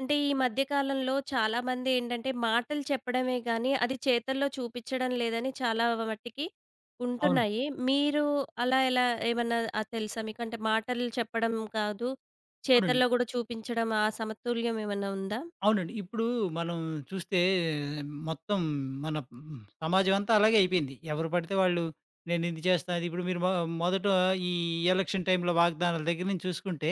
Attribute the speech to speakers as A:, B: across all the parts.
A: అంటే ఈ మధ్య కాలంలో చాలామంది ఏంటంటే మాటలు చెప్పడమే గానీ, అది చేతల్లో చూపిచ్చడం లేదని చాలా మట్టికి
B: అవును.
A: ఉంటున్నాయి. మీరు అలా ఎలా ఏమన్నా తెలుసా మీకు? అంటే మాటలు చెప్పడం కాదు,
B: అవునండి.
A: చేతల్లో గూడా చూపించడం ఆ సమతుల్యం ఏమన్నా ఉందా?
B: అవునండి. ఇప్పుడు మనం చూస్తే మొత్తం మన సమాజం అంతా అలాగే అయిపోయింది. ఎవరు పడితే వాళ్ళు నేను ఇది చేస్తా, అది ఇప్పుడు మీరు మొదట ఈ ఎలక్షన్ టైంలో వాగ్దానాల దగ్గర నుంచి చూసుకుంటే,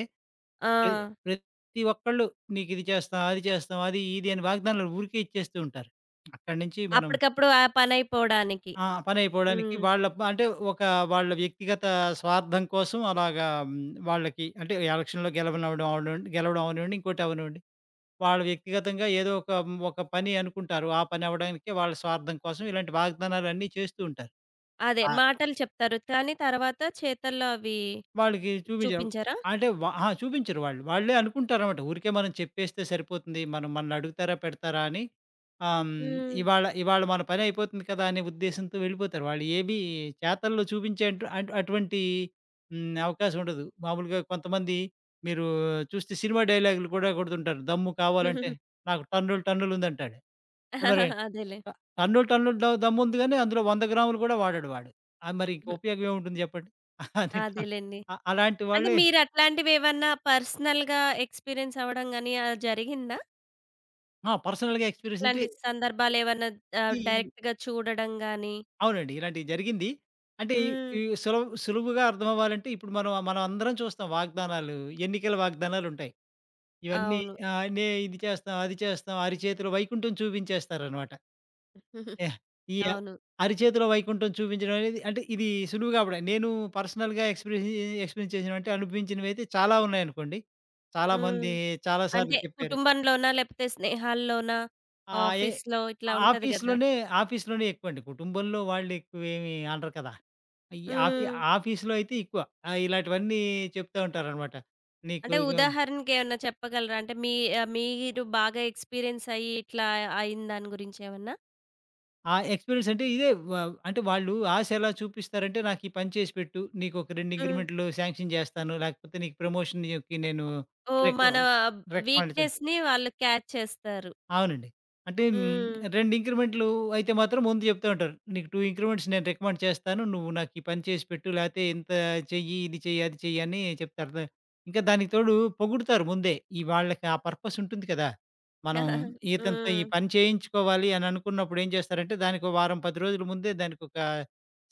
A: ఆ!
B: ప్ర ప్రతి ఒక్కళ్ళు నీకు ఇది చేస్తాం, అది చేస్తాం, అది ఇది అని వాగ్దానాలు ఊరికే ఇచ్చేస్తూ ఉంటారు. అక్కడి నుంచి మనం
A: అప్పటికప్పుడు ఆ పనైపోడానికి.
B: ఆ! పనైపోవడానికి
A: హ్మ్.
B: వాళ్ళ అంటే ఒక వాళ్ళ వ్యక్తిగత స్వార్థం కోసం అలాగా మ్, వాళ్ళకి అంటే ఎలక్షన్‌లో గెలవనివ్వడం అవనివ్వండి, గెలవడం అవనివ్వండి, ఇంకోటి అవనివ్వండి. వాళ్ళు వ్యక్తిగతంగా ఏదో ఒక ఒక పని అనుకుంటారు. ఆ పని అవ్వడానికే వాళ్ళ స్వార్థం కోసం ఇలాంటి వాగ్దానాలన్నీ చేస్తూ ఉంటారు.
A: అదే
B: ఆ!
A: మాటలు చెప్తారు. కానీ తర్వాత చేతల్లో అవి
B: వాళ్ళకి చూపించరు.
A: చూపించరా?
B: అంటే అహా! చూపించరు వాళ్ళు. వాళ్ళే అనుకుంటారన్నమాట. ఊరికే మనం చెప్పేస్తే సరిపోతుంది. మనం మనన్నడుగుతారా? పెడతారా? అని ఆహ్, హ్మ్.
A: హ్మ్.
B: ఇవాళ ఇవాళ మన పని అయిపోతుంది కదా! అనే ఉద్దేశంతో వెళ్ళిపోతారు. వాళ్ళు ఏవి చేతల్లో చూపించే అటు అటు అటువంటి అవకాశం ఉండదు. మామూలుగా కొంతమంది మీరు చూస్తే సినిమా డైలాగులు కూడా కొడుతుంటారు. దమ్ము కావాలంటే నాకు టన్నులు టన్నులుందంటాడు. ఎవరే
A: అదేలే.
B: అ టన్నులు, టన్నులు దమ్ముంది గానీ, అందులో 100 గ్రాములు గూడా వాడడు వాడు. మరి ఇంక
A: హ్మ్.
B: ఉపయోగం ఏముంటుంది జెప్పండి. అది ట-
A: అదేలెండి.
B: అ అలాంటి
A: అంటే
B: వాళ్ళే
A: మీరట్లాంటివేవన్నా పర్సనల్‌గా ఎక్స్‌పీరియన్స్ అవ్వడం గాని అలా జరిగిందా?
B: ఆ! పర్సనల్‌గా ఎక్స్‌పీరియన్స్ అంటే
A: ఇట్లాంటి సందర్భాలేవన్నా
B: ఈ
A: డైరెక్ట్‌గా చూడడం గాని?
B: అవునండి. ఇలాంటివి జరిగింది. అంటే ఈ
A: హ్మ్.
B: ఈ సులువుగా అర్థమవ్వాలంటే ఇప్పుడు మనం మనం అందరం చూస్తాం వాగ్దానాలు, ఎన్నికల వాగ్దానాలుంటాయి. ఇవన్నీ
A: అవును.
B: ఆహ్, నే ఇది చేస్తాం, అది చేస్తాం, అరిచేతిలో వైకుంఠం చూపించేస్తారనమాట. యాహ్! ఈ అ
A: అవును.
B: అరిచేతిలో వైకుంఠం చూపించడం అనేది అంటే ఇది సులువుగా అవ్వడం. నేను పర్సనల్‌గా ఎక్స్‌పీరియన్స్ ఎక్స్‌పీరియన్స్ చేసినవంటే అనుభవించినవైతే చాలా ఉన్నాయనుకోండి.
A: హ్మ్.
B: చాలామంది చాలా సార్లు
A: అంటే
B: చెప్పారు.
A: కుటుంబంలోనా? లేపోతే స్నేహాల్లోనా?
B: ఆహ్, ఏ
A: ఆఫీస్‌లో ఇట్లా ఉంటది గదా!
B: ఆఫీస్‌లోనే ఆఫీస్‌లోనే ఎక్కువండి. కుటుంబంలో వాళ్ళు ఎక్కువేమి అనరు కదా! ఈ ఆఫీ
A: హ్మ్.
B: ఆఫీస్‌లో అయితే ఎక్కువ. ఇలాంటివన్నీ చెప్తా ఉంటారనమాట. నీకు
A: అంటే
B: ఇగో
A: ఉదాహరణకేమన్నా చెప్పగలరా? అంటే మీ మీరు బాగా ఎక్స్‌పీరియన్స్ అయ్యి ఇట్లా అయింది దాని గురించేమన్నా?
B: ఆ ఎక్స్‌పీరియన్స్ అంటే ఇదే వ అంటే వాళ్ళు ఆశ ఎలా చూపిస్తారంటే, "నాకు ఈ పని చేసి పెట్టు. నీకు ఒక 2
A: హ్మ్.
B: ఇంక్రిమెంట్‌లు శాంక్షన్ చేస్తాను. లేకపోతే నీకు ప్రమోషన్‌కి నేను
A: ఓహ్!
B: రెక్
A: మన
B: వారు రికమెండ్ చే"
A: వీక్‌నెస్‌ని వాళ్ళు క్యాచ్ చేస్తారు.
B: అవునండి. అంటే హ్మ్,
A: హ్మ్.
B: 2 ఇంక్రిమెంట్లు అయితే మాత్రం ముందు చెప్తా ఉంటారు. "నీకు 2 ఇంక్రిమెంట్స్ నేను రికమెండ్ చేస్తాను. నువ్వు నాకు ఈ పని చేసి పెట్టు. లేతే ఇంత చెయ్యి, ఇది చెయ్యి, అది చెయ్యి" అని చెప్తారు. ఇంకా దానికి తోడు పొగుడుతారు ముందే. వాళ్ళకి ఆ పర్పస్ ఉంటుంది కదా! మనం
A: హ్మ్.
B: ఇతనితో ఈ పని చేయించుకోవాలి అని అనుకున్నప్పుడు ఏం చేస్తారంటే దానికి ఓ వారం, 10 రోజుల ముందే దానికొక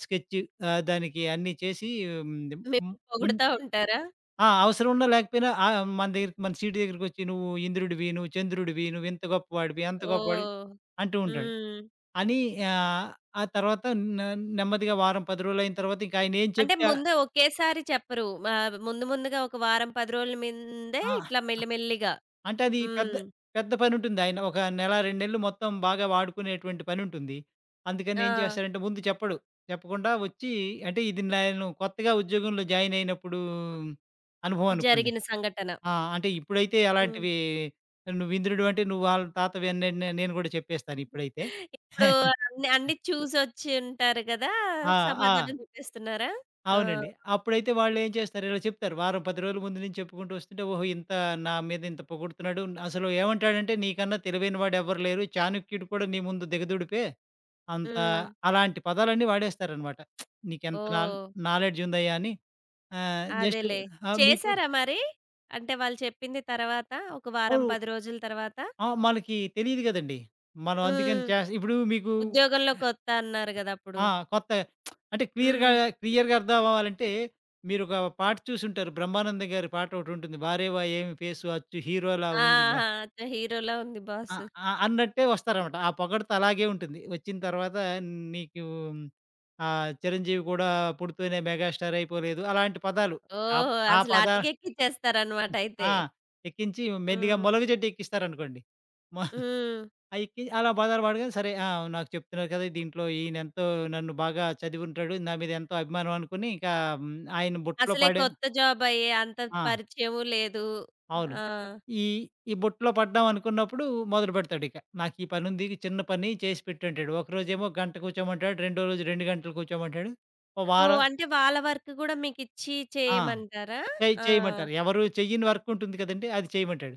B: స్కెచ్ దానికి అన్నీ చేసి హ్మ్,
A: మిమ్మల్ని
B: ము
A: పొగుడుతా ఉంటారా?
B: ఆ! అవసరం ఉన్నా లేకపోయినా మన దగ్గరికి మన సీటు దగ్గరికొచ్చి "నువ్వు ఇంద్రుడివి, నువ్వు చంద్రుడివి, నువ్వింత గొప్పవాడివి, అంత గొప్పవాడివి"
A: ఓహ్!
B: అంటూ ఉంటాడు.
A: హ్మ్.
B: అని ఆహ్, ఆ తర్వాత న నెమ్మదిగా వారం, 10 రోజులయిన తర్వాత ఇంక ఆయనేం
A: అంటే
B: చెప్తే ఆ!
A: ముందు ఒకేసారి చెప్పరు. మా ముందు ముందుగా ఒక వారం, 10 రోజుల ముందే
B: ఆ,
A: ఇట్లా మెల్లిమెల్లిగా.
B: అంటే అది పెద్ద
A: హ్మ్.
B: పెద్ద పనుంటుంది. ఆయన ఒక నెల, 2 నెలలు మొత్తం బాగా వాడుకునేటువంటి పనుంటుంది. అందుకని
A: ఆ!
B: ఏం చేస్తాడంటే ముందు చెప్పడు. చెప్పకుండా వచ్చి అంటే ఇది నేను కొత్తగా ఉద్యోగంలో జాయిన్ అయినప్పుడు అనుభవం అనుకోండి.
A: జరిగిన సంఘటన.
B: ఆ! అంటే ఇప్పుడైతే
A: హ్మ్.
B: అలాంటివి నువ్వింద్రుడివి అంటే నువ్వు వాళ్ళ తాతవి అని నేను గూడా చెప్పేస్తాను ఇప్పుడైతే.
A: ఇప్పుడు అన్ని అన్ని చూసొచ్చి ఉంటారు కదా!
B: ఆ! ఆ!
A: సమాధానం చెప్పేస్తున్నారా? ఆ!
B: అవునండి. అప్పుడైతే వాళ్ళేం చేస్తారు ఇలా చెప్తారు. వారం 10 రోజుల ముందు నుంచి చెప్పుకుంటూ వస్తుంటే, ఓహో! నా మీద ఇంత పొగుడుతున్నాడు. అసలు ఏమంటాడంటే నీకన్నా తెలివైన వాడెవ్వరు లేరు. చాణక్యుడు కూడా నీ ముందు దిగదుడిపే. అంత
A: హ్మ్.
B: అలాంటి పదాలన్నీ వాడేస్తారనమాట. నీకెంత నాల్
A: ఓహ్!
B: నాలెడ్జ్ ఉందయ్యా అని. ఆహ్, జస్ట్
A: అదేలే.
B: ఆహ్, మీకు
A: చేసారా మరి? అంటే వాళ్ళు చెప్పింది తర్వాత ఒక వారం,
B: అవును.
A: 10 రోజుల తర్వాత?
B: ఆ! మనకి తెలీదు గదండీ. మనం అందుకని
A: హ్మ్.
B: ఇప్పుడు మీకు
A: ఉద్యోగంలో కొత్త అన్నారు గదా! అప్పుడు.
B: ఆ! కొత్తగా అంటే క్లియర్‌గా,
A: హ్మ్.
B: క్లియర్‌గా అర్థమవ్వాలంటే మీరొక పాట చూసుంటారు. బ్రహ్మానందం గారి పాటొకటుంటుంది. 'బారేవా ఏమి ఫేసు అచ్చు హీరోలా ఉంది బా'
A: ఆహా! అచ్చా! హీరోలా ఉంది
B: ఆ!
A: బాసు.
B: ఆ! అన్నట్టే వస్తారనమాట. ఆ పొగడ్త అలాగే ఉంటుంది. వచ్చిన తర్వాత నీకు 'చిరంజీవి కూడా పుడుతూనే మెగాస్టార్ అయిపోలేదు' అలాంటి పదాలు. ఆ
A: ఓహ్!
B: ఆ
A: అసలు
B: పద
A: అటకెక్కిచ్చేస్తారన్నమాట అయితే.
B: ఆ! ఎక్కించి మెల్లిగా
A: హ్మ్.
B: 'మొలగ చెట్టు' ఎక్కిస్తారనుకోండి. మొ
A: హ్మ్.
B: అయి ఎక్కి అలా బజారు పడగా సరే ఆ! నాకు చెప్తున్నారు కదా! దీంట్లో ఈయనెంతో నన్ను బాగా చదివుంటాడు. నా మీద ఎంతో అభిమానం అనుకుని ఇంకా హ్మ్, ఆయన బుట్టలో
A: అసలే
B: పడే
A: కొత్త జాబ్ అయ్యే అంత
B: ఆ!
A: పరిచయము లేదు.
B: అవును.
A: ఆ!
B: ఈ ఈ బుట్టలో పడ్డాం అనుకున్నప్పుడు మొదలుపెడతాడిక. నాకు ఈ పనుంది. చిన్న పని చేసి పెట్టు అంటాడు. ఒకరోజేమో గంట కూర్చోమంటాడు. రెండో రోజు 2 గంటలు కూర్చోమంటాడు. ఓ వార
A: ఓహ్! అంటే వాళ్ళ వర్క్ గూడా మీకిచ్చి
B: ఆ!
A: చేయమంటారా? ఆ!
B: చేయమంటారు. ఎవరు చెయ్యని వర్క్ ఉంటుంది కదండీ! అది చేయమంటాడు.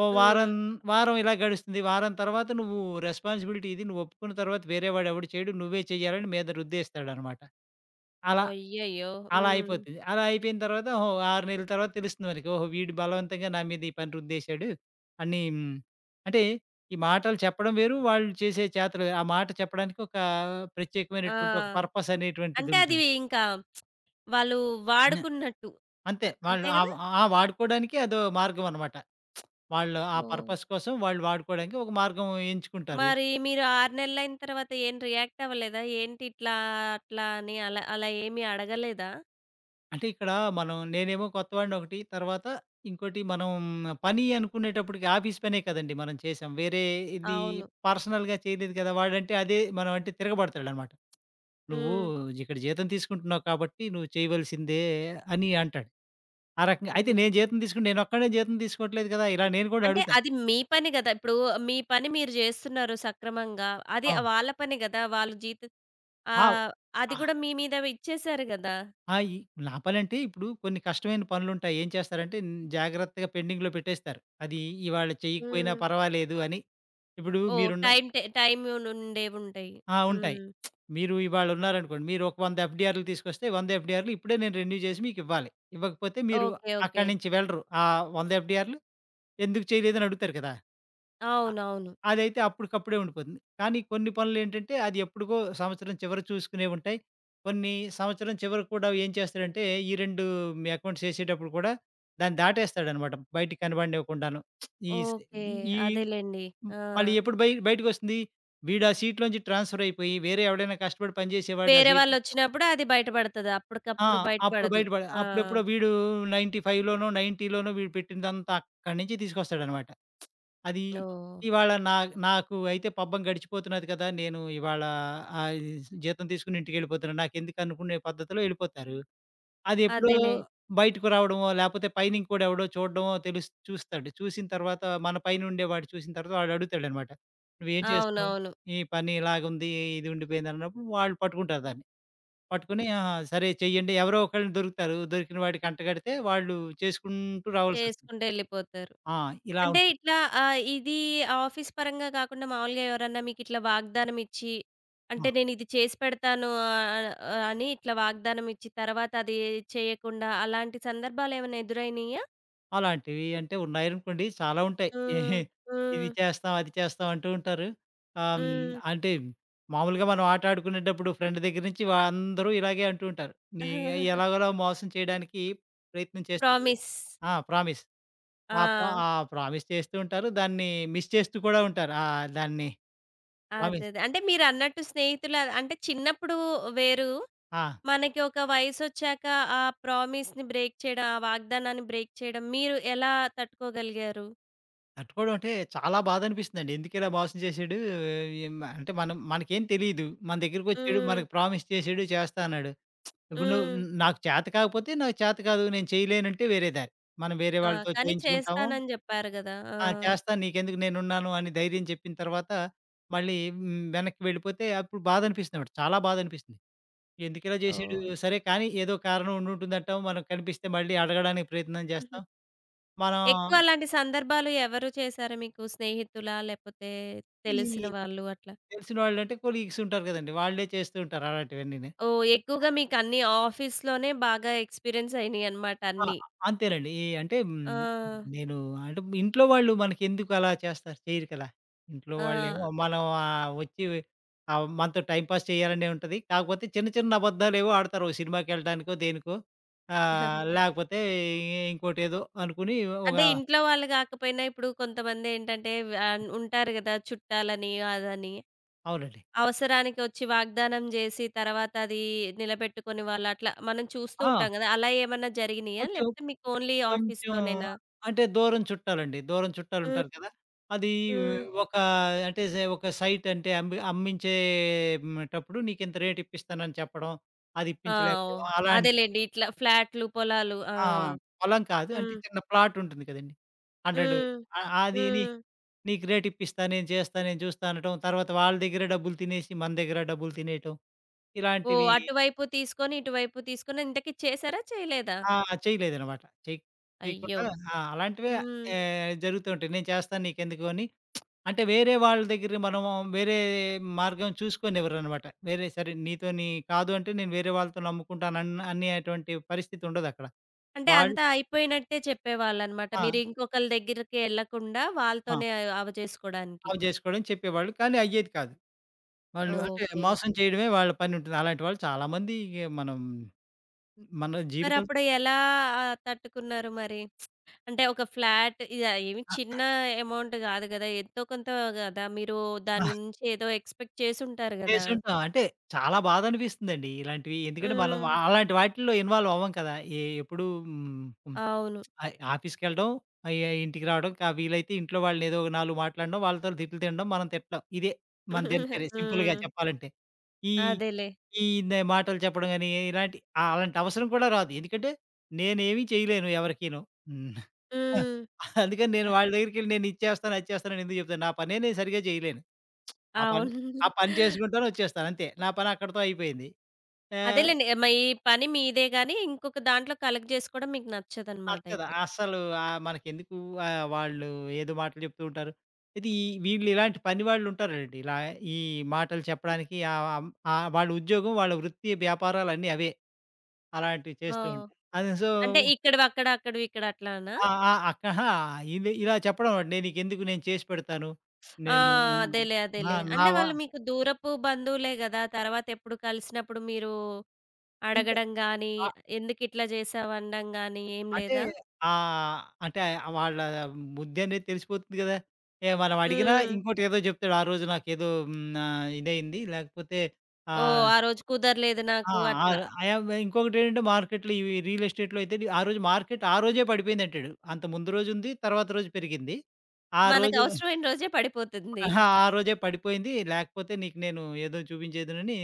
B: ఓ
A: హ్మ్.
B: వారం వారం ఇలా గడుస్తుంది. వారం తర్వాత నువ్వు రెస్పాన్సిబిలిటీ ఇది. నువ్వు ఒప్పుకున్న తర్వాత వేరే వాడెవడు చేయడు. నువ్వే చెయ్యాలని మీద రుద్దేస్తాడనమాట. అలా
A: అయ్యయ్యో!
B: అలా
A: హ్మ్.
B: అయిపోతుంది. అలా అయిపోయిన తర్వాత ఓహో! 6 నెలల తర్వాత తెలుస్తుంది మనకి. ఓహో! వీడు బలవంతంగా నా మీద ఈ పని రుద్దేశాడు అని అంటే ఈ మాటలు చెప్పడం వేరు. వాళ్ళు చేసే చేతలు వేరు. ఆ మాట చెప్పడానికి ఒక ప్రత్యేకమైనటువంటి ఒక
A: ఆ!
B: పర్పస్
A: అంటే అది
B: అనేటువంటిదుంటుంది.
A: ఇంకా వాళ్ళు
B: న
A: వాడుకున్నట్టు.
B: అంతే.
A: అ
B: వాళ్ళు
A: అంతే
B: ఆ
A: గదా!
B: ఆ వాడుకోవడానికి అదో మార్గమనమాట. వాళ్ళు ఆ
A: ఓహ్!
B: పర్పస్ కోసం వాళ్ళు వాడుకోవడానికి ఒక మార్గం ఎంచుకుంటారు.
A: మరి మీరు 6 నెలలయిన తర్వాత ఏం రియాక్ట్ అవ్వలేదా? ఏంటి ఇట్లా, అట్లా అని అలా, అలా ఏమి అడగలేదా?
B: అంటే ఇక్కడ నేనేమో కొత్తవాడిని ఒకటి, తర్వాత ఇంకోటి మనం పని అనుకునేటప్పటికి ఆఫీస్ పనే కదండీ మనం చేసాం. వేరే ఇది
A: అవును.
B: పర్సనల్‌గా చేయలేదు కదా! వాడంటే అదే మనం అంటే తిరగబడతాడనమాట. "నువ్వు
A: హ్మ్.
B: ఇక్కడ జీతం తీసుకుంటున్నావు కాబట్టి నువ్వు చేయవలసిందే" అని అంటాడు. ఆ రకంగా అయితే నేను
A: హ్మ్.
B: జీతం తీసుకుంటే నేనొక్కడినే జీతం తీసుకోవట్లేదు కదా! ఇలా నేను కూడా
A: అంటే
B: అడుగుతా.
A: అది మీ పని గదా! ఇప్పుడు మీ పని మీరు జేస్తున్నారు సక్రమంగా. అది
B: ఆ!
A: వాళ్ళ పని గదా!
B: ఆ!
A: ఆహ్, అది
B: ఆ!
A: గూడా మీ మీద ఇచ్చేసారు గదా!
B: ఆ! నా పనంటే ఇప్పుడు కొన్ని కష్టమైన పనులుంటాయి. ఏం చేస్తారంటే జాగ్రత్తగా పెండింగ్‌లో పెట్టేస్తారు. అది ఇవాళ చేయకపోయినా
A: హ్మ్.
B: పర్వాలేదు అని. ఇప్పుడు
A: ఓహ్!
B: మీరున్న
A: టైమ్ నుండేవుంటాయి.
B: ఆ! ఉంటాయి.
A: హ్మ్.
B: మీరు ఇవాళ ఉన్నారనుకోండి. మీరు ఒక 100 ఎఫ్‌డిఆర్‌లు తీసుకొస్తే 100 ఎఫ్‌డిఆర్‌లు ఇప్పుడే నేను రెన్యూ చేసి మీకివ్వాలి. ఇవ్వకపోతే మీరు
A: ఓకే. ఓకే.
B: అక్కడి నుంచి వెళ్ళరు. ఆ 100 ఎఫ్‌డిఆర్‌లు ఎందుకు చేయలేదని అడుగుతారు కదా!
A: అవునవును.
B: అదైతే అప్పటికప్పుడే ఉండిపోతుంది. కానీ కొన్ని పనులేంటంటే, అది ఎప్పుడుకో సంవత్సరం చివర చూసుకునేవి ఉంటాయి. కొన్ని సంవత్సరం చివరకు కూడా ఏం చేస్తాడంటే, 2 మీ అకౌంట్స్ ఏసేటప్పుడు కూడా దాన్ని దాటేస్తాడనమాట. బయటికి కనబడనివ్వకుండాను. ఈ స్
A: ఓకే.
B: ఈ
A: అదేలెండి.
B: హ్మ్.
A: ఆ!
B: మళ్ళీ ఎప్పుడు బయటికొస్తుంది? వీడా సీట్‌లోంచి ట్రాన్స్‌ఫర్ అయిపోయి, వేరే ఎవడైనా కష్టపడి పనిజేసేవాడు ఆ
A: వేరే
B: సీట్
A: వాళ్ళొచ్చినప్పుడు అది బయటపడతది.
B: ఆ!
A: అప్పటికప్పుడు
B: అప్పుడు
A: బయటపడదు.
B: బయట పడ
A: ఆ!
B: అప్పుడెప్పుడో వీడు 95 లోనో, 90 లోనో వీడు పెట్టినదంతా అక్కడి నుంచి తీసుకొస్తాడనమాట. అది
A: ఓహ్!
B: ఇవాళ నాకు అయితే పబ్బం గడిచిపోతున్నది కదా! నేను ఇవాళ ఆహ్, జీతం తీసుకొని ఇంటికెళ్ళిపోతున్నాను. నాకెందుకు అనుకునే పద్ధతిలో ఎళ్ళిపోతారు. అది ఎప్పుడో
A: అదేలే.
B: బయటకు రావడమో, లేపోతే పైన ఇంకోడు ఎవడో చూడడమో చూస్తాడు. చూసిన తర్వాత మన పైన ఉండేవాడు చూసిన తర్వాత వాడు అడుగుతాడనమాట. "నువ్వేం చేస్తున్నావు?
A: అవునవును.
B: ఈ పని ఇలాగుంది, ఇది ఉండిపోయింది" అన్నప్పుడు వాళ్ళు పట్టుకుంటారు దాన్ని. పట్టుకొని ఆహా! సరే చెయ్యండి. ఎవరో ఒకళ్ళు దొరుకుతారు. దొరికిన వాడికి అంటగడితే వాళ్ళు చేసుకుంటూ రావాల్సొస్తుంది.
A: చేసుకుంటూ ఎళ్ళిపోతారు.
B: ఆ! ఇలా
A: అంటే
B: ఉంటుంది.
A: ఇట్లా ఇది ఆఫీస్ పరంగా కాకుండా మామూలుగా ఎవరన్నా మీకిట్లా వాగ్దానం ఇచ్చి,
B: ఆ!
A: అంటే నేనిది చేసి పెడతాను ఆహ్, ఆహ్, అని ఇట్లా వాగ్దానం ఇచ్చి తర్వాత అది చేయకుండా అలాంటి సందర్భాలేమైనా ఎదురైనీయా?
B: అలాంటివి అంటే ఉన్నాయనుకోండి. చాలా ఉంటాయి.
A: హ్మ్. హ్మ్.
B: ఇది చేస్తాం, అది చేస్తాం అంటూ ఉంటారు.
A: హ్మ్.
B: అంటే మామూలుగా మనం ఆట ఆడుకునేటప్పుడు ఫ్రెండ్ దగ్గర నుంచి అందరూ ఇలాగే అంటూ ఉంటారు. నీ ఎలాగోలా మోసం చేయడానికి ప్రయత్నం చేస్తుంటారు.
A: ప్రామిస్.
B: ఆ! ప్రామిస్.
A: ఆ!
B: ఆ! ప్రామిస్ చేస్తూ ఉంటారు. దాన్ని మిస్ చేస్తూ కూడా ఉంటారు. ఆ! దాన్ని
A: అదదే.
B: ప్రామిస్.
A: అంటే మీరన్నట్టు స్నేహితుల అంటే చిన్నప్పుడు వేరు.
B: ఆ!
A: మనకి ఒక వయసొచ్చాక ఆ ప్రామిస్‌ని బ్రేక్ చేయడం, ఆ వాగ్దానాన్ని బ్రేక్ చేయడం మీరు ఎలా తట్టుకోగలిగారు?
B: తట్టుకోవడం అంటే చాలా బాధనిపిస్తుందండి. ఎందుకిలా మోసం చేసాడు? ఏం అంటే మనం మనకేం తెలీదు. మన దగ్గరికొచ్చాడు,
A: హ్మ్.
B: మనకు ప్రామిస్ చేసాడు, చేస్తా అన్నాడు. ఇప్పుడు
A: హ్మ్.
B: నాకు చేత కాకపోతే, నాకు చేత కాదు, నేను చేయలేనంటే వేరే దారి. మనం వేరే
A: ఆ!
B: వాళ్ళతో
A: కానీ
B: చేయించుకుంటాము.
A: చేస్తానని జెప్పారు గదా! ఆ!
B: ఆ! చేస్తాను నీకెందుకు నేనున్నాను అని ధైర్యం చెప్పిన తర్వాత మళ్ళీ వెనక్కి వెళ్ళిపోతే అప్పుడు బాధనిపిస్తుందన్నమాట. చాలా బాధనిపిస్తుంది. ఎందుకిలా చేసాడు?
A: ఓహ్!
B: సరే కానీ ఏదో కారణం ఉండుంటుందంటాం. మనం కనిపిస్తే మళ్ళీ అడగడానికి ప్రయత్నం
A: హుహు.
B: చేస్తాం. మనం
A: ఎక్కువ అలాంటి సందర్భాలు ఎవరు చేశారు మీకు? స్నేహితులా? లేపోతే
B: ఈ
A: తెలిసిన వాళ్ళు అట్లా?
B: తెలిసిన వాళ్ళంటే కొలీగ్స్ ఉంటారు కదండీ! వాళ్ళే చేస్తూ ఉంటారు అలాంటివన్నీని.
A: ఓహ్! ఎక్కువగా మీకన్నీ ఆఫీస్‌లోనే బాగా ఎక్స్‌పీరియన్స్ అయినియనమాట
B: ఆ!
A: అన్నీ.
B: అంతేనండి.
A: ఆ!
B: నేను అంటే ఇంట్లో వాళ్ళు మనకెందుకు అలా చేస్తారు? చేయరు కదా! ఇంట్లో
A: ఆ!
B: వాళ్ళేమో మనం వచ్చి మనతో టైమ్ పాస్ చేయాలనే ఉంటది. కాకపోతే చిన్న చిన్న అబద్దాలేవో ఆడతారు. ఓ సినిమాకెళ్ళడానికో, దేనికో లేకపోతే ఇంకోటేదో అనుకుని ఒక
A: అంటే ఇంట్లో వాళ్ళు గాకపోయినా ఇప్పుడు కొంతమందేంటంటే వ్యాన్ ఉంటారు గదా! చుట్టాలని అదని.
B: అవునండి.
A: అవసరానికి వచ్చి వాగ్దానం జేసి, తర్వాత అది నిలబెట్టుకొని వాళ్ళు అట్లా మనం చూస్తూ
B: ఆ!
A: ఉంటాం గదా! అలా ఏమన్నా జరిగినియా?
B: కొంచెం
A: లేపోతే మీకు ఓన్లీ
B: కొంచెం
A: ఆఫీస్‌లోనేనా?
B: అంటే దూరం చుట్టాలండి. దూరం
A: హ్మ్.
B: చుట్టాలుంటారు కదా! అది
A: హ్మ్.
B: ఒక అంటే సే ఒక సైట్ అంటే అమ్మి అమ్మించేటప్పుడు నీకింత రేట్ ఇప్పిస్తానని చెప్పడం. అది
A: ఆ! ఓహ్!
B: ఇప్పించలేకపోవడం అలాంటి
A: అదేలెండి. ఇట్లా ఫ్లాట్లు, పొలాలు. ఆ!
B: ఆ! పొలం కాదు. అంటే
A: హ్మ్.
B: చిన్న ప్లాట్ ఉంటుంది కదండీ. 100
A: హ్మ్.
B: ఆ! అది
A: హ్మ్.
B: నీకు రేట్ ఇప్పిస్తా, నేను చేస్తా, నేను చూస్తా అనటం. తర్వాత వాళ్ళ దగ్గర డబ్బులు తినేసి మన దగ్గర డబ్బులు తినేయటం.
A: ఓహ్!
B: ఇలాంటివి
A: అటువైపు తీసుకొని, ఇటువైపు తీసుకొని ఇంతకి చేసారా? చేయలేదా?
B: ఆ! చేయలేదనమాట.
A: అయ్యో!
B: చేయకుండా ఆ! అలాంటివే
A: హ్మ్.
B: జరుగుతూ ఉంటాయి. నేను చేస్తాను నీకెందుకు అని అంటే వేరే వాళ్ళ దగ్గర మనం వేరే మార్గం చూసుకోనివ్వరనమాట. వేరే సరే నీతోని కాదు అంటే నేను వేరే వాళ్ళతో అనేటువంటి పరిస్థితి ఉండదక్కడ.
A: అంటే
B: వాళ్ళు
A: అంతా అయిపోయినట్టే చెప్పేవాళ్ళనమాట.
B: ఆ!
A: మీరు ఇంకొకళ్ళ దగ్గరికి ఎళ్ళకుండా
B: ఆ!
A: వాళ్ళతోనే అవ జేసుకోడానికి.
B: అవి జేసుకోవడం చెప్పేవాళ్ళు. కానీ అయ్యేది కాదు. వాళ్ళు అంటే
A: ఓకే.
B: మోసం చేయడమే వాళ్ళ పనుంటుంది. అలాంటి వాళ్ళు చాలామంది మనం మన జీవితం
A: మరప్పుడు ఎలా తట్టుకున్నారు మరి? అంటే ఒక ఫ్లాట్ ఇగ ఏమి చిన్న అమౌంట్ గాదు గదా! ఎంతో కొంత గదా! మీరు దాని
B: ఆ!
A: నుంచి ఏదో ఎక్స్‌పెక్ట్ చేసుంటారు గదా!
B: చేసుంటాం. అంటే చాలా బాధనిపిస్తుందండి ఇలాంటివి. ఎందుకంటే మనం
A: హ్మ్.
B: అలాంటి వాటిల్లో ఇన్వాల్వ్ అవ్వం కదా! ఎప్పుడూ హ్మ్.
A: అవును.
B: ఆఫీస్‌కెళ్ళడం, ఇంటికి రావడం. వీలైతే ఇంట్లో వాళ్ళని ఏదో ఒక నాలుగు మాట్లాడడం, వాళ్ళతో తిట్లు తినడం, మనం తిట్టడం. ఇదే మన దినచర్య సింపుల్‌గా
A: హ్మ్.
B: చెప్పాలంటే. ఈ
A: అదేలే.
B: ఈ నే మాటలు చెప్పడం గాని, ఇలాంటి అలాంటి అవసరం కూడా రాదు. ఎందుకంటే, నేనేమి చేయలేను ఎవరికీను. హ్మ్.
A: హ్మ్.
B: అందుకని నేను వాళ్ళ దగ్గరికెళ్ళి నేను ఇది చేస్తాను, అది చేస్తానని ఎందుకు చెప్తాను. నా పనే నేను సరిగ్గా చేయలేను. ఆ పని
A: అవును.
B: ఆ పని చేసుకుంటాను, వచ్చేస్తాను అంతే. నా పని అక్కడితో అయిపోయింది. ఆహ్
A: అదేలెండి. మ ఈ పని మీదే గానీ, ఇంకొక దాంట్లో కలెక్ట్ జేసుకోవడం మీకు నచ్చదనమాట
B: నచ్చదు.
A: అయితే.
B: అస్సలు మనకెందుకు వాళ్ళు ఏదో మాటలు చెప్తూ ఉంటారు. వీళ్ళు ఇలాంటి పని వాళ్ళుంటారండి. ఇలా ఈ మాటలు చెప్పడానికి ఆహ్, ఆహ్, ఆహ్, వాళ్ళ ఉద్యోగం, వాళ్ళ వృత్తి, వ్యాపారాలన్నీ అవే. అలాంటివి
A: ఆ!
B: చేస్తూ ఉంటారు. అది సో
A: అంటే ఇక్కడివి అక్కడ, అక్కడివి ఇక్కడ అట్లానా?
B: ఆ! ఆ! అక్క అహా! ఇది ఇలా చెప్పడం నేను నీకెందుకు నేను చేసి పెడతాను.
A: ఆ!
B: నేను
A: అదేలే.
B: ఆ!
A: అదేలే.
B: నా
A: అంటే
B: వ
A: వాళ్ళు మీకు దూరపు బంధువులే గదా! తర్వాతెప్పుడు కలిసినప్పుడు మీరు
B: ఇంకా
A: అడగడం గానీ, ఎందుకిట్లా జేశావనడం గానీ ఏం
B: అంటే
A: లేదా?
B: అంటే వాళ్ళ బుద్ధనేది తెలిసిపోతుంది గదా! ఏ మనం అడిగినా
A: హ్మ్.
B: ఇంకోటేదో జెప్తాడు. ఆ రోజు నాకేదో ఇదయింది లేకపోతే
A: ఓహ్!
B: ఆహ్,
A: ఆ రోజు కుదరలేదు
B: ఆ!
A: నాకు అట్లా.
B: ఆహ్, ఆహ్, ఇంకొకటేంటంటే మార్కెట్‌లో ఇవి రియల్ ఎస్టేట్‌లో అయితే ఆ రోజు మార్కెట్ ఆ రోజే పడిపోయిందంటాడు. అంత ముందు రోజుంది. తర్వాత రోజు పెరిగింది. ఆ రోజు
A: మనకవసరమైన రోజే పడిపోతుంది.
B: ఆ రోజే పడిపోయింది. లేకపోతే నీకు నేను ఏదో చూపించేదనని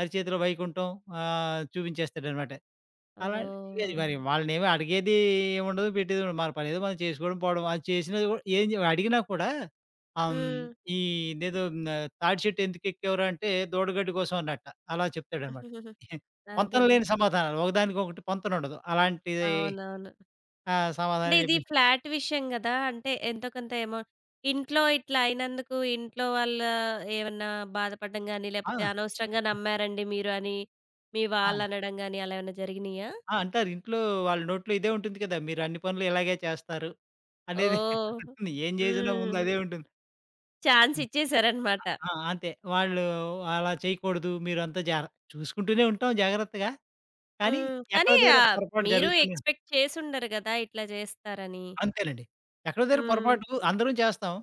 B: అరిచేతిలో వైకుంఠం చూపించేస్తాడనమాట. అలా అడిగేది
A: ఓహ్!
B: మరి వాళ్ళనేమి అడిగేది ఏముండదు, పెట్టేది ఉండదు. మన పనేదో మనం చేసుకోవడం, పోవడం. అది చేసినది గూడా ఏం జే అడిగినా కూడా ఆహ్, హ్మ్,
A: హ్మ్.
B: ఈ ఇదేదో న "తాటి చెట్టు ఎందుకెక్కావురా" అంటే దూడగడ్డి కోసం అన్నట్ట. అలా చెప్తాడనమాట. పొంతన
A: అదేలే.
B: లేని సమాధానాలు. ఒకదానికొకటి పొంతనుండదు. అలాంటిది
A: అవునవును.
B: ఆ!
A: అంటే
B: సమాధానాలు
A: ఇది
B: చెప్పి
A: ఫ్లాట్ విషయం గదా! అంటే ఎంతో కొంత అమౌంట్ ఇంట్లో ఇట్లా అయినందుకు ఇంట్లో వాళ్ళు ఏమన్నా బాధపడడం గాని,
B: ఆ!
A: లేపోతే అనవసరంగా నమ్మారండి మీరు అని మీ
B: ఆ!
A: వాళ్ళనడం గాని అలా ఏమన్నా జరిగినియా?
B: ఆ! అంటారు. ఇంట్లో వాళ్ళ నోట్లో ఇదే ఉంటుంది కదా! మీరన్ని పనులు ఇలాగే చేస్తారు అనేది
A: ఓహ్!
B: ఉంటుంది. ఏం చేసినా ముందు
A: హ్మ్.
B: అదే ఉంటుంది.
A: ఛాన్స్ ఇచ్చేసారనమాట.
B: ఆ! అంతే. వాళ్ళు అలా చేయకూడదు. మీరంతా చూసుకుంటూనే ఉంటాం జాగ్రత్తగా. కానీ
A: హ్మ్. కానీ
B: ఎక్కడో దగ్గర
A: ఆహ్,
B: పొరపాటు
A: మీరు
B: జరుగుతూనే
A: ఎక్స్‌పెక్ట్ చేసుండరు గదా! ఇట్లా జేస్తారని.
B: అంతేనండి. ఎక్కడో దగ్గర
A: హ్మ్.
B: పొరపాటు అందరం చేస్తాం.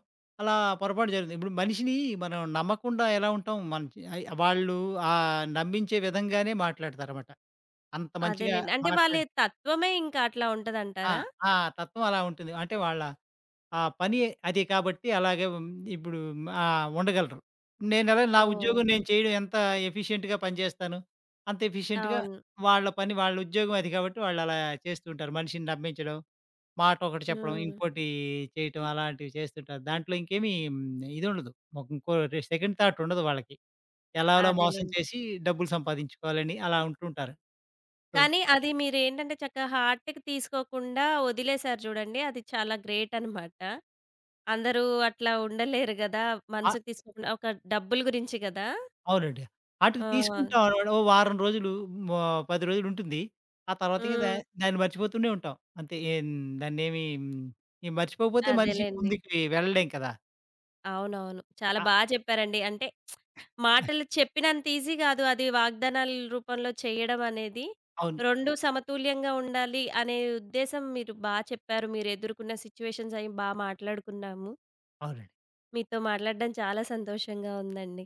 B: అలా పొరపాటు జరుగుతుంది. ఇప్పుడు మనిషిని మనం నమ్మకుండా ఎలా ఉంటాం? మనం చే అయి వాళ్ళు నమ్మించే విధంగానే మాట్లాడతారన్నమాట. అంత మంచిగా
A: అదేలెండి. అంటే వాళ్ళ
B: మాట్లాడి
A: తత్వమే ఇంకా అట్లా
B: ఆ!
A: ఉంటదంటారా?
B: ఆ తత్వం అలా ఉంటుంది. అంటే వాళ్ళ ఆ పని అది కాబట్టి అలాగే హ్మ్, ఇప్పుడు ఆ! ఉండగలరు. నేనెలా నా
A: ఓహ్!
B: ఉద్యోగం నేను చేయడం ఎంత ఎఫిషియెంట్‌గా పనిచేస్తాను, అంత ఎఫిషియెంట్‌గా
A: అవును.
B: వాళ్ళ పని వాళ్ళ ఉద్యోగం అది కాబట్టి వాళ్ళలా చేస్తూ ఉంటారు. మనిషిని నమ్మించడం, మాట ఒకటి చెప్పడం,
A: హ్మ్.
B: ఇంకోటి చేయటం అలాంటివి చేస్తుంటారు. దాంట్లో ఇంకేమి ఇదుండదు. ఇంకో సెకండ్ థాట్ ఉండదు వాళ్ళకి. ఎలాగోలా మోసం
A: అదేలెండి.
B: చేసి డబ్బులు సంపాదించుకోవాలని అలా ఉంటుంటారు. సో
A: కానీ అది మీరేంటంటే చక్కగా హార్ట్‌కి తీసుకోకుండా వదిలేసారు చూడండి. అది చాలా గ్రేట్ అనమాట. అందరూ అట్లా ఉండలేరు గదా! మనసుకు తీసుకోకుండా ఒక డబ్బుల గురించి గదా!
B: అవునండి.
A: ఆ!
B: ఆటికి తీసుకుంటాం. అన్నమాట. ఓ వారం రోజులు, మో 10 రోజులు ఉంటుంది. ఆ తర్వాత ఇంక
A: హ్మ్.
B: దాన్ని మర్చిపోతూనే ఉంటాం. అంతే ఏం దాన్నేమి హ్మ్, మర్చిపోకపోతే మనిషి
A: అదేలెండి.
B: ముందుకి వెళ్ళలేం కదా!
A: అవునవును. చాలా
B: ఆ!
A: బా చెప్పారండి. అంటే మాటలు చెప్పినంత ఈజీ గాదు. అది వాగ్దానాల రూపంలో చేయడం అనేది.
B: అవును.
A: 2 సమతుల్యంగా ఉండాలి అనే ఉద్దేశం మీరు బా చెప్పారు. మీరు ఎదుర్కొన్న సిట్యుయేషన్స్ అయి బా మాట్లాడుకున్నాము.
B: అవునండి.
A: మీతో మాట్లాడడం చాలా సంతోషంగా ఉందండి.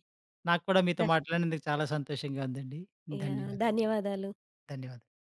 B: నాకు కూడా మీతో
A: ధ
B: మాట్లాడినందుకు చాలా సంతోషంగా ఉందండి.
A: యాహ్!
B: ధన్యవాదాలు.
A: ధన్యవాదాలు.
B: ధన్యవాదాలు.